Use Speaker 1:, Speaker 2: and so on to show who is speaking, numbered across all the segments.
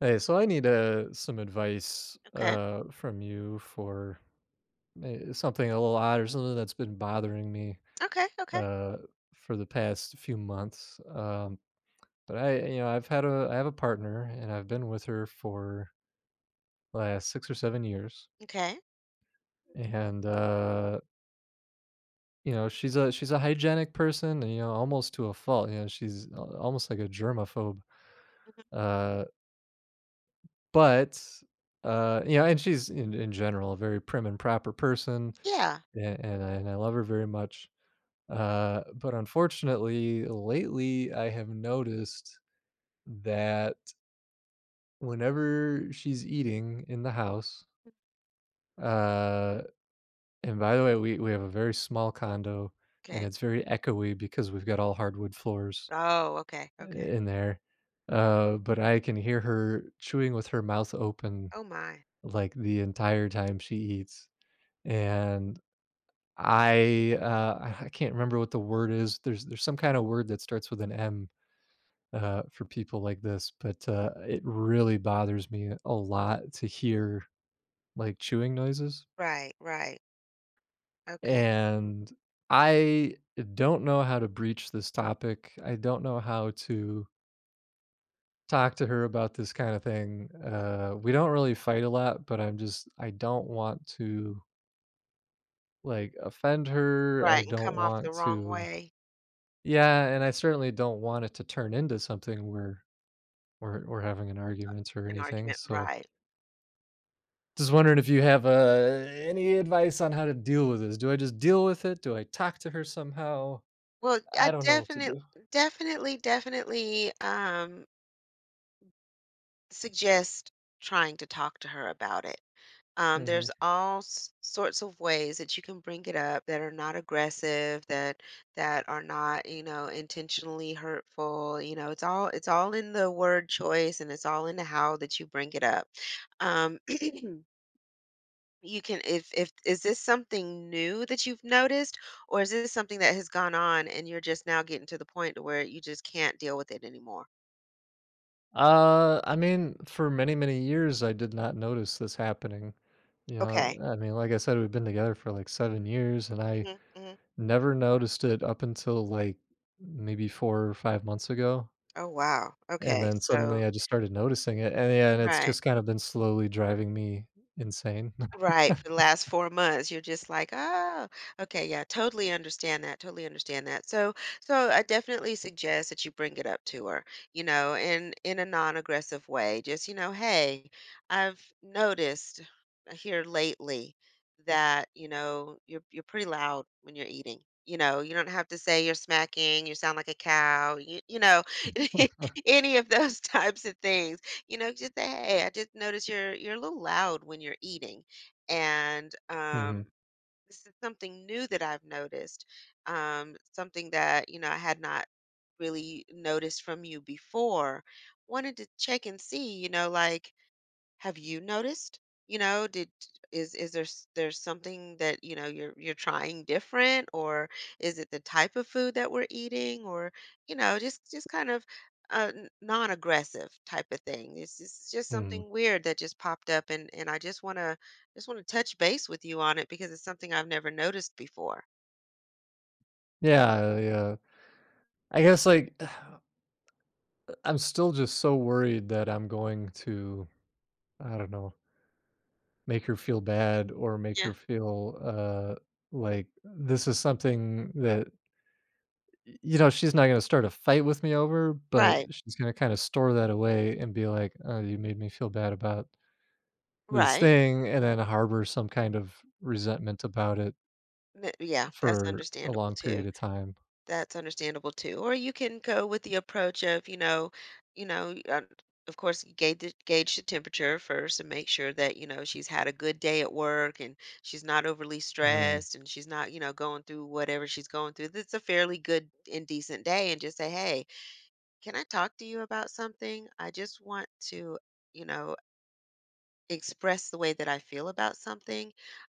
Speaker 1: Hey, so I need some advice
Speaker 2: Okay.
Speaker 1: from you for something a little odd or something that's been bothering me
Speaker 2: Okay. Okay.
Speaker 1: uh, for the past few months. But I, you know, I have a partner, and I've been with her for the last 6 or 7 years,
Speaker 2: Okay.
Speaker 1: and you know, she's a hygienic person, you know, almost to a fault. You know, almost like a germaphobe.
Speaker 2: Mhm.
Speaker 1: Uh, but you know, and she's in general a very prim and proper person.
Speaker 2: Yeah.
Speaker 1: Yeah, and I love her very much, but unfortunately, lately, I have noticed that whenever she's eating in the house. uh, and by the way, we have a very small condo, and
Speaker 2: Okay.
Speaker 1: it's very echoey because we've got all hardwood floors
Speaker 2: Oh, okay. Okay.
Speaker 1: in there. But I can hear her chewing with her mouth open,
Speaker 2: Oh my.
Speaker 1: like, the entire time she eats, and I can't remember what the word is. There's some kinda word that starts with an M, for people like this, but it really bothers me a lot to hear, like, chewing noises,
Speaker 2: Right. Right. Okay.
Speaker 1: and I don't know how to breach this topic. I don't know how to talk to her about this kinda thing.
Speaker 2: Mhm.
Speaker 1: We don't really fight a lot, but I don't want to, like, offend her. I
Speaker 2: Right. And
Speaker 1: don't
Speaker 2: come off the
Speaker 1: want
Speaker 2: wrong
Speaker 1: to.
Speaker 2: way.
Speaker 1: Yeah, and I certainly don't want it to turn into something where we're having an argument or
Speaker 2: An
Speaker 1: anything.
Speaker 2: argument.
Speaker 1: So
Speaker 2: Right.
Speaker 1: just wondering if you have any advice on how to deal with this. Do I just deal with it? Do I talk to her somehow?
Speaker 2: Well, I
Speaker 1: I don't know what to
Speaker 2: definitely,
Speaker 1: do.
Speaker 2: definitely, definitely suggest trying to talk to her about it.
Speaker 1: Hmm.
Speaker 2: There's all sorts of ways that you can bring it up that are not aggressive, that are not, you know, intentionally hurtful. You know, it's all in the word choice and it's all in the how that you bring it up. Um, you can if is this something new that you've noticed, or is this something that has gone on and you're just now getting to the point to where you just can't deal with it anymore?
Speaker 1: I mean, for many many years, I did not notice this happening. You know,
Speaker 2: Okay.
Speaker 1: I mean, like I said, we've been together for like 7 years, and I
Speaker 2: hmm hmm
Speaker 1: never noticed it up until like maybe 4 or 5 months ago.
Speaker 2: Oh wow.
Speaker 1: And
Speaker 2: Okay.
Speaker 1: then
Speaker 2: So
Speaker 1: suddenly I just started noticing it, and yeah, and it's
Speaker 2: right.
Speaker 1: just kind of been slowly driving me insane.
Speaker 2: Right, for the last 4 months, you're just like, "Oh, okay, yeah, totally understand that, totally understand that." So so I definitely suggest that you bring it up to her, you know, in a non-aggressive way. Just, you know, "Hey, I've noticed here lately that, you know, you're pretty loud when you're eating." You know, you don't have to say you're smacking, you sound like a cow, you know, any of those types of things. You know, just say, "Hey, I just noticed you're a little loud when you're eating." and
Speaker 1: Mhm,
Speaker 2: This is something new that I've noticed, something that, you know, I had not really noticed from you before. Wanted to check and see, you know, like have you noticed? You know, did is there there's something that, you know, you're trying different or is it the type of food that we're eating or, you know, just kind of non-aggressive type of thing. It's just
Speaker 1: mhm.
Speaker 2: something weird that just popped up and I just want to touch base with you on it because it's something I've never noticed before.
Speaker 1: Yeah, yeah. I guess, like, I'm still just so worried that I'm going to, I don't know, make her feel bad or make her
Speaker 2: Yeah.
Speaker 1: feel, like this is something that, y you know, she's not gonna start a fight with me over, but
Speaker 2: Right.
Speaker 1: she's gonna kinda store that away and be like, "Oh, you made me feel bad about this
Speaker 2: Right.
Speaker 1: thing," and then harbor some kind of resentment about it
Speaker 2: Yeah, that's
Speaker 1: for a
Speaker 2: understandable
Speaker 1: long
Speaker 2: too.
Speaker 1: period of time.
Speaker 2: That's understandable too. Or you can go with the approach of, you know, of course, gauge the temperature first and make sure that, you know, she's had a good day at work and she's not overly
Speaker 1: Mm,
Speaker 2: stressed and she's not, you know, going through whatever she's going through. That's a fairly good and decent day and just say, "Hey, can I talk to you about something? I just want to, you know, express the way that I feel about something.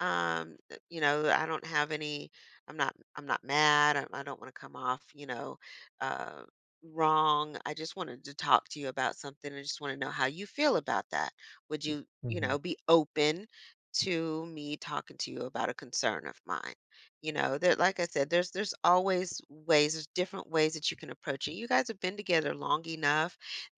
Speaker 2: You know, I don't have any. I'm not. I'm not mad. I don't want to come off. You know, uh, wrong. I just wanted to talk to you about something. I just want to know how you feel about that. Would you, you know,
Speaker 1: mhm,
Speaker 2: be open to me talking to you about a concern of mine? You know, that, like I said, there's always ways. There's different ways that you can approach it. You guys have been together long enough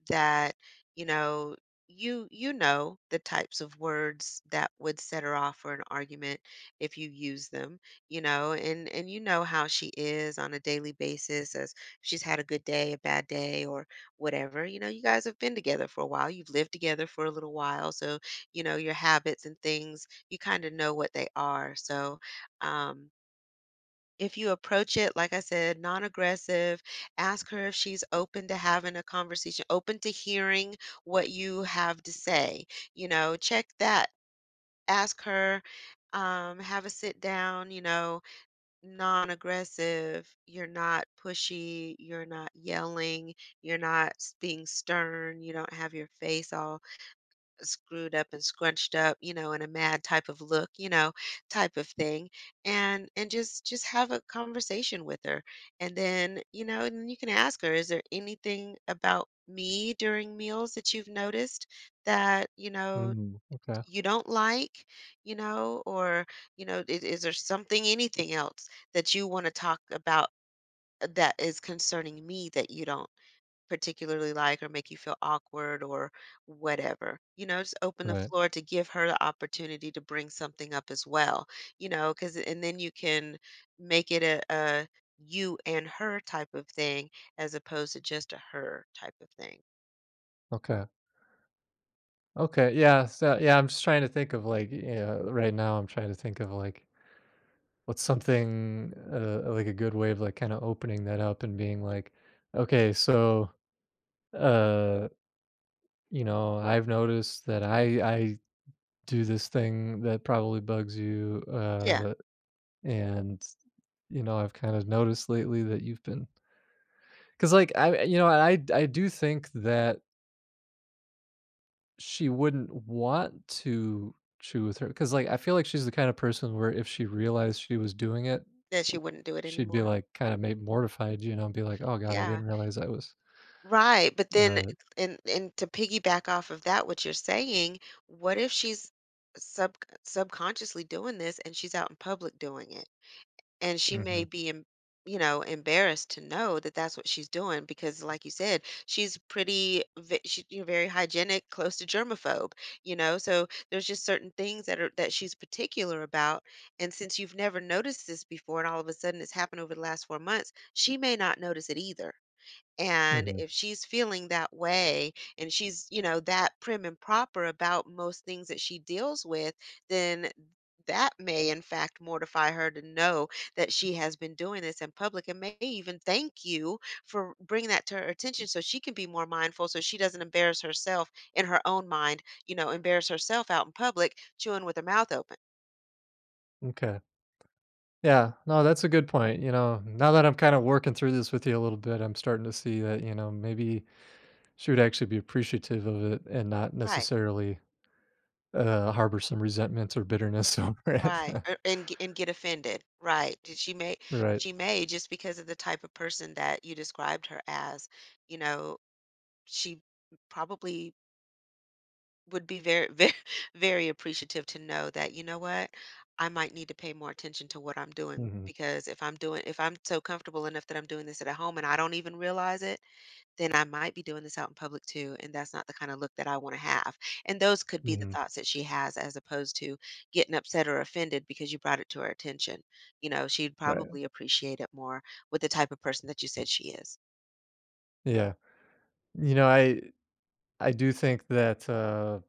Speaker 2: that you know you you know the types of words that would set her off for an argument if you use them, you know, and you know how she is on a daily basis, as if she's had a good day, a bad day, or whatever. You know, you guys have been together for a while, you've lived together for a little while, so you know your habits and things, you kind of know what they are. So um if you approach it, like I said, non-aggressive, ask her if she's open to having a conversation, open to hearing what you have to say, you know, check that, ask her, have a sit down, you know, non-aggressive, you're not pushy, you're not yelling, you're not being stern, you don't have your face all screwed up and scrunched up, you know, in a mad type of look, you know, type of thing. And just have a conversation with her. And then, you know, and then you can ask her, is there anything about me during meals that you've noticed that, you know,
Speaker 1: mhm, okay,
Speaker 2: you don't like, you know, or, you know, is there something, anything else that you want to talk about that is concerning me that you don't particularly like or make you feel awkward or whatever. You know, just open the
Speaker 1: right,
Speaker 2: floor to give her the opportunity to bring something up as well, you know, because, and then you can make it a you and her type of thing as opposed to just a her type of thing.
Speaker 1: okay, okay, yeah. So yeah, I'm just trying to think of, like, yeah, right now I'm trying to think of, like, what's something, like a good way of, like, kinda opening that up and being
Speaker 2: Mm.
Speaker 1: like, "Okay, so, uh, you know, I've noticed that I do this thing that probably bugs you,
Speaker 2: Yeah,
Speaker 1: and, you know, I've kind of noticed lately that you've been" because like, I you know, I do think that she wouldn't want to chew with her because like, I feel like she's the kind of person where if she realized she was doing it,
Speaker 2: that she wouldn't do it
Speaker 1: she'd be,
Speaker 2: anymore.
Speaker 1: like, kinda made mortified, you know, and be like, "Oh god, I
Speaker 2: Yeah.
Speaker 1: didn't realize I was".
Speaker 2: Right. But then,
Speaker 1: Uh,
Speaker 2: and to piggyback off of that, what you're saying, what if she's sub subconsciously doing this and she's out in public doing it? And she may
Speaker 1: mhm,
Speaker 2: be you know, embarrassed to know that that's what she's doing because, like you said, she's pretty she, you know, very hygienic, close to germaphobe. You know, so there's just certain things that are that she's particular about, and since you've never noticed this before and all of a sudden it's happened over the last 4 months, she may not notice it either. And
Speaker 1: mhm,
Speaker 2: if she's feeling that way and she's, you know, that prim and proper about most things that she deals with, then that may in fact mortify her to know that she has been doing this in public and may even thank you for bringing that to her attention, so she can be more mindful, so she doesn't embarrass herself in her own mind, you know, embarrass herself out in public chewing with her mouth open.
Speaker 1: m'kay. Yeah, no, that's a good point, you know, now that I'm kinda working through this with you a little bit, I'm starting to see that, you know, maybe she would actually be appreciative of it and not
Speaker 2: Right.
Speaker 1: necessarily, harbor some resentments or bitterness over it.
Speaker 2: Right, and ge and get offended, right. Did
Speaker 1: Right.
Speaker 2: she may just because of the type of person that you described her as, you know, she probably would be very, very, very appreciative to know that, you know what, I might need to pay more attention to what I'm doing,
Speaker 1: Mhm,
Speaker 2: because if I'm doing if I'm so comfortable enough that I'm doing this at home and I don't even realize it, then I might be doing this out in public too, and that's not the kind of look that I want to have. And those could be the
Speaker 1: mhm,
Speaker 2: thoughts that she has as opposed to getting upset or offended because you brought it to her attention. You know, she'd
Speaker 1: right.
Speaker 2: probably appreciate it more with the type of person that you said she is.
Speaker 1: Yeah. You know, I do think that,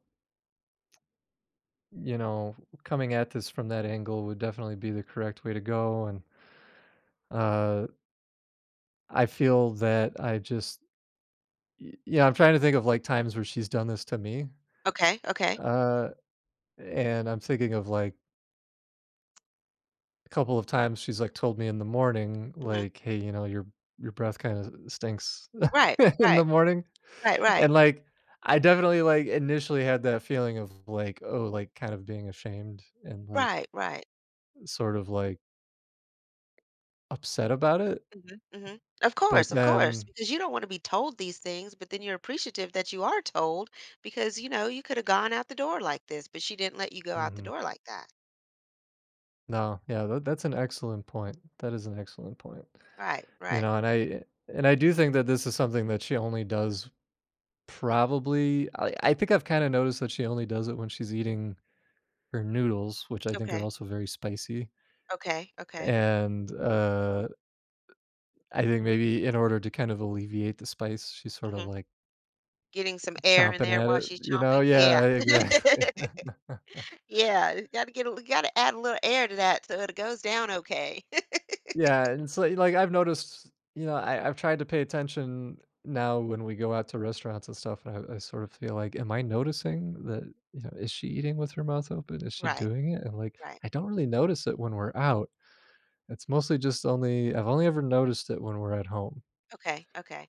Speaker 1: you know, coming at this from that angle would definitely be the correct way to go, and, uh, I feel that I just. Y Yeah, I'm trying to think of, like, times where she's done this to me,
Speaker 2: Okay, okay.
Speaker 1: uh, and I'm thinking of, like, a couple of times she's, like, told me in the morning,
Speaker 2: hmm
Speaker 1: like, "Hey, you know, your breath kinda stinks
Speaker 2: Right,
Speaker 1: in the
Speaker 2: right,
Speaker 1: morning,"
Speaker 2: right, right,
Speaker 1: and, like, I definitely, like, initially had that feeling of, like, oh, like, kind of being ashamed and, like,
Speaker 2: right, right.
Speaker 1: sort of, like, upset about it,
Speaker 2: hmm hmm
Speaker 1: but
Speaker 2: of course,
Speaker 1: then
Speaker 2: because you don't want to be told these things, but then you're appreciative that you are told because, you know, you could have gone out the door like this, but she didn't let you go out the
Speaker 1: mhm,
Speaker 2: door like that.
Speaker 1: no, yeah, that's an excellent point, that is an excellent point,
Speaker 2: Right,
Speaker 1: you
Speaker 2: right.
Speaker 1: know, and I do think that this is something that she only does. Probably I think I've kinda noticed that she only does it when she's eating her noodles, which I think are
Speaker 2: Okay.
Speaker 1: also very spicy,
Speaker 2: Okay, okay.
Speaker 1: and, I think maybe in order to kind of alleviate the spice, she's sort of,
Speaker 2: Mhm.
Speaker 1: like,
Speaker 2: Getting some air in
Speaker 1: chomping
Speaker 2: there
Speaker 1: at
Speaker 2: while
Speaker 1: it,
Speaker 2: she's
Speaker 1: you know?
Speaker 2: chomping? Yeah.
Speaker 1: Yeah, exactly.
Speaker 2: Yeah, gotta get a gotta add a little air to that so it goes down okay.
Speaker 1: Yeah, and so, like, I've noticed, you know, I've tried to pay attention now when we go out to restaurants and stuff, and I sort of feel like, "Am I noticing that," you know, "is she eating with her mouth open? Is she
Speaker 2: Right,
Speaker 1: doing it?" And, like,
Speaker 2: right.
Speaker 1: I don't really notice it when we're out. It's mostly just only, I've only ever noticed it when we're at home.
Speaker 2: Okay, okay.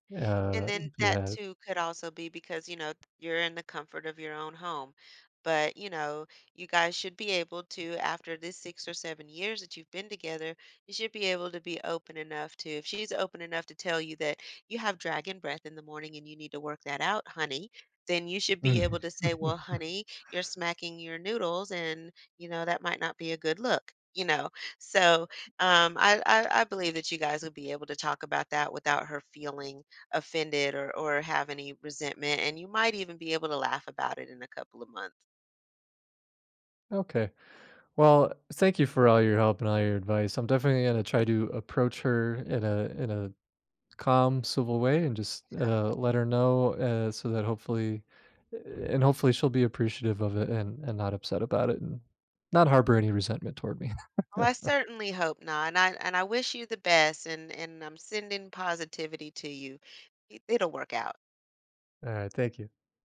Speaker 2: And then
Speaker 1: Mhm.
Speaker 2: that
Speaker 1: Yeah.
Speaker 2: too could also be because, you know, you're in the comfort of your own home. But, you know, you guys should be able to, after this 6 or 7 years that you've been together, you should be able to be open enough to, if she's open enough to tell you that you have dragon breath in the morning and you need to work that out, honey, then you should be
Speaker 1: Mm.
Speaker 2: able to say, well, honey, you're smacking your noodles and, you know, that might not be a good look. You know, so I believe that you guys would be able to talk about that without her feeling offended or have any resentment, and you might even be able to laugh about it in a couple of months.
Speaker 1: Okay. Well, thank you for all your help and all your advice. I'm definitely gonna try to approach her in a calm, civil way and just let her know so that hopefully, eh, and hopefully she'll be appreciative of it and not upset about it and not harbor any resentment toward me.
Speaker 2: Well, I certainly hope not, and I wish you the best, and I'm sending positivity to you. It- It'll work out.
Speaker 1: All right. Thank you.